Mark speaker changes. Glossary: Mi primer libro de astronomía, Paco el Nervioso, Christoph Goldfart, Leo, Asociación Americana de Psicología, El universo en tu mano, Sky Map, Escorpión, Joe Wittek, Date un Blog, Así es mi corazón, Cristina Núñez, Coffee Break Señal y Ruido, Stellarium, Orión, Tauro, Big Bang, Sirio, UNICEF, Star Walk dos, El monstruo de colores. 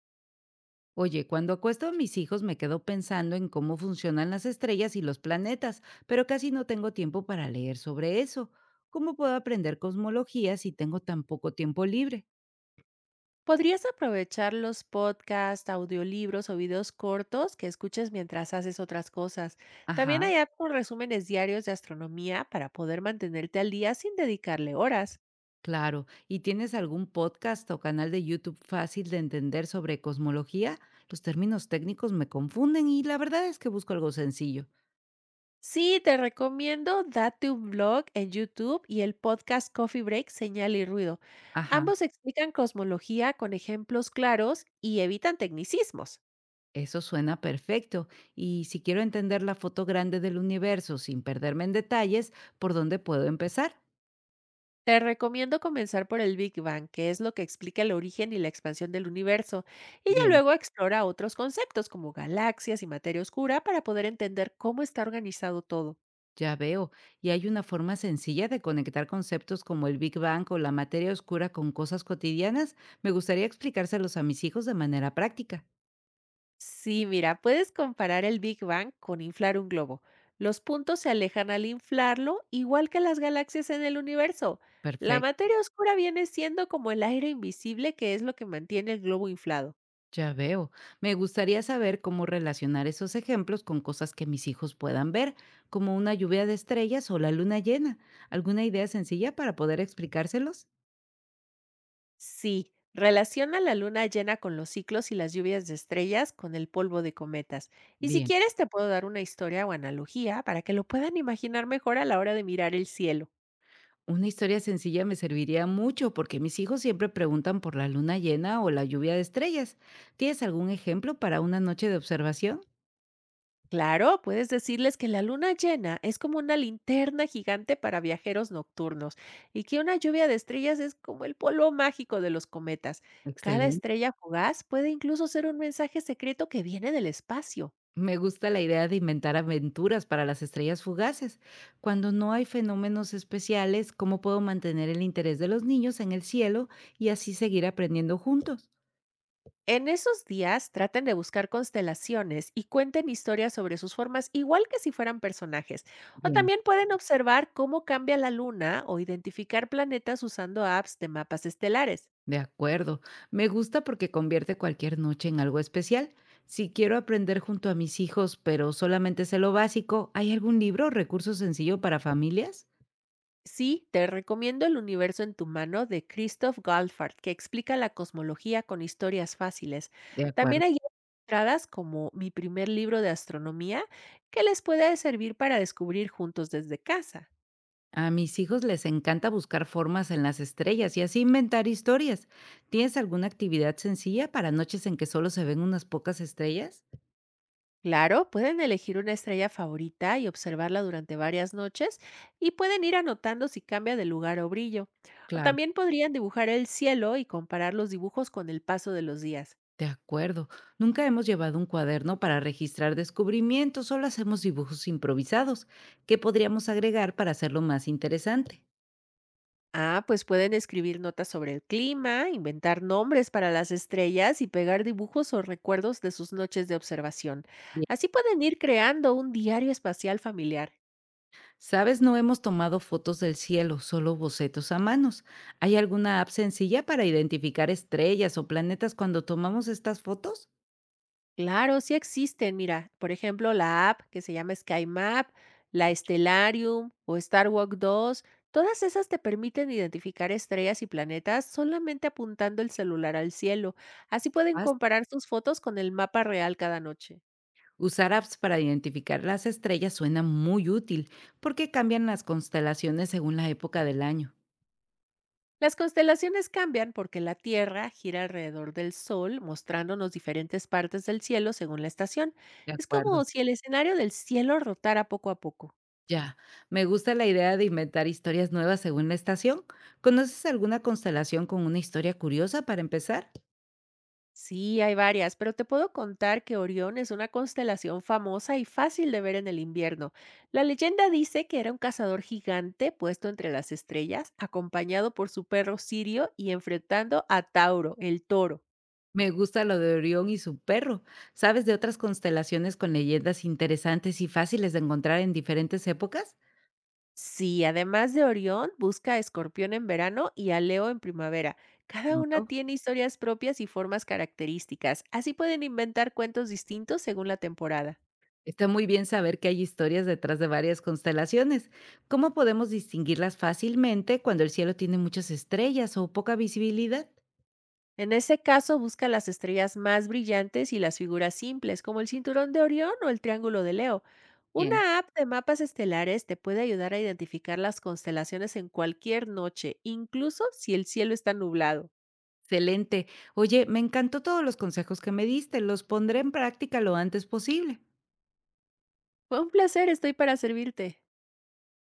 Speaker 1: Oye, cuando acuesto a mis hijos me quedo pensando en cómo funcionan las estrellas y los planetas, pero casi no tengo tiempo para leer sobre eso. ¿Cómo puedo aprender cosmología si tengo tan poco tiempo libre?
Speaker 2: Podrías aprovechar los podcasts, audiolibros o videos cortos que escuches mientras haces otras cosas. También
Speaker 1: Ajá,
Speaker 2: hay apps con resúmenes diarios de astronomía para poder mantenerte al día sin dedicarle horas.
Speaker 1: claro. ¿Y tienes algún podcast o canal de YouTube fácil de entender sobre cosmología? Los términos técnicos me confunden y la verdad es que busco algo sencillo.
Speaker 2: Sí, te recomiendo Date un Blog en YouTube y el podcast Coffee Break Señal y Ruido.
Speaker 1: Ajá,
Speaker 2: Ambos explican cosmología con ejemplos claros y evitan tecnicismos.
Speaker 1: eso suena perfecto. Y si quiero entender la foto grande del universo sin perderme en detalles, ¿por dónde puedo empezar?
Speaker 2: Te recomiendo comenzar por el Big Bang, que es lo que explica el origen y la expansión del universo, y ya
Speaker 1: Bien.
Speaker 2: luego explora otros conceptos como galaxias y materia oscura para poder entender cómo está organizado todo.
Speaker 1: Ya veo. ¿Y hay una forma sencilla de conectar conceptos como el Big Bang o la materia oscura con cosas cotidianas? Me gustaría explicárselos a mis hijos de manera práctica.
Speaker 2: Sí, mira, puedes comparar el Big Bang con inflar un globo. Los puntos se alejan al inflarlo, igual que las galaxias en el universo. La
Speaker 1: Perfecto,
Speaker 2: materia oscura viene siendo como el aire invisible, que es lo que mantiene el globo inflado.
Speaker 1: ya veo. Me gustaría saber cómo relacionar esos ejemplos con cosas que mis hijos puedan ver, como una lluvia de estrellas o la luna llena. ¿Alguna idea sencilla para poder explicárselos?
Speaker 2: Sí, relaciona la luna llena con los ciclos y las lluvias de estrellas con el polvo de cometas. Y si
Speaker 1: Bien.
Speaker 2: quieres, te puedo dar una historia o analogía para que lo puedan imaginar mejor a la hora de mirar el cielo.
Speaker 1: Una historia sencilla me serviría mucho porque mis hijos siempre preguntan por la luna llena o la lluvia de estrellas. ¿Tienes algún ejemplo para una noche de observación?
Speaker 2: Claro, puedes decirles que la luna llena es como una linterna gigante para viajeros nocturnos, y que una lluvia de estrellas es como el polvo mágico de los cometas. Cada
Speaker 1: Excelente.
Speaker 2: estrella fugaz puede incluso ser un mensaje secreto que viene del espacio.
Speaker 1: Me gusta la idea de inventar aventuras para las estrellas fugaces. Cuando no hay fenómenos especiales, ¿cómo puedo mantener el interés de los niños en el cielo y así seguir aprendiendo juntos?
Speaker 2: En esos días, traten de buscar constelaciones y cuenten historias sobre sus formas, igual que si fueran personajes. O
Speaker 1: Bien.
Speaker 2: también pueden observar cómo cambia la luna o identificar planetas usando apps de mapas estelares.
Speaker 1: De acuerdo. Me gusta porque convierte cualquier noche en algo especial. Si quiero aprender junto a mis hijos, pero solamente sé lo básico, ¿hay algún libro o recurso sencillo para familias?
Speaker 2: Sí, te recomiendo El universo en tu mano, de Christoph Goldfart, que explica la cosmología con historias fáciles.
Speaker 1: De
Speaker 2: También
Speaker 1: acuerdo.
Speaker 2: hay guías ilustradas como Mi primer libro de astronomía, que les puede servir para descubrir juntos desde casa.
Speaker 1: A mis hijos les encanta buscar formas en las estrellas y así inventar historias. ¿Tienes alguna actividad sencilla para noches en que solo se ven unas pocas estrellas?
Speaker 2: Claro, pueden elegir una estrella favorita y observarla durante varias noches, y pueden ir anotando si cambia de lugar o brillo. O
Speaker 1: Claro.
Speaker 2: también podrían dibujar el cielo y comparar los dibujos con el paso de los días.
Speaker 1: De acuerdo. Nunca hemos llevado un cuaderno para registrar descubrimientos, solo hacemos dibujos improvisados. ¿Qué podríamos agregar para hacerlo más interesante?
Speaker 2: Ah, pues pueden escribir notas sobre el clima, inventar nombres para las estrellas y pegar dibujos o recuerdos de sus noches de observación.
Speaker 1: Bien.
Speaker 2: Así pueden ir creando un diario espacial familiar.
Speaker 1: Sabes, no hemos tomado fotos del cielo, solo bocetos a manos. ¿Hay alguna app sencilla para identificar estrellas o planetas cuando tomamos estas fotos?
Speaker 2: Claro, sí existen. Mira, por ejemplo, la app que se llama Sky Map, la Stellarium o Star Walk 2. Todas esas te permiten identificar estrellas y planetas solamente apuntando el celular al cielo. Así pueden
Speaker 1: Fácil.
Speaker 2: comparar sus fotos con el mapa real cada noche.
Speaker 1: Usar apps para identificar las estrellas suena muy útil porque cambian las constelaciones según la época del año.
Speaker 2: Las constelaciones cambian porque la Tierra gira alrededor del Sol, mostrándonos diferentes partes del cielo según la estación.
Speaker 1: De
Speaker 2: Es
Speaker 1: acuerdo.
Speaker 2: como si el escenario del cielo rotara poco a poco.
Speaker 1: Ya, me gusta la idea de inventar historias nuevas según la estación. ¿Conoces alguna constelación con una historia curiosa para empezar?
Speaker 2: Sí, hay varias, pero te puedo contar que Orión es una constelación famosa y fácil de ver en el invierno. La leyenda dice que era un cazador gigante puesto entre las estrellas, acompañado por su perro Sirio y enfrentando a Tauro, el toro.
Speaker 1: Me gusta lo de Orión y su perro. ¿Sabes de otras constelaciones con leyendas interesantes y fáciles de encontrar en diferentes épocas?
Speaker 2: Sí, además de Orión, busca a Escorpión en verano y a Leo en primavera. Cada una
Speaker 1: Noto.
Speaker 2: tiene historias propias y formas características, así pueden inventar cuentos distintos según la temporada.
Speaker 1: Está muy bien saber que hay historias detrás de varias constelaciones. ¿Cómo podemos distinguirlas fácilmente cuando el cielo tiene muchas estrellas o poca visibilidad?
Speaker 2: En ese caso, busca las estrellas más brillantes y las figuras simples, como el cinturón de Orión o el triángulo de Leo.
Speaker 1: Bien.
Speaker 2: Una app de mapas estelares te puede ayudar a identificar las constelaciones en cualquier noche, incluso si el cielo está nublado.
Speaker 1: Excelente. Oye, me encantó todos los consejos que me diste. Los pondré en práctica lo antes posible.
Speaker 2: Fue un placer, estoy para servirte.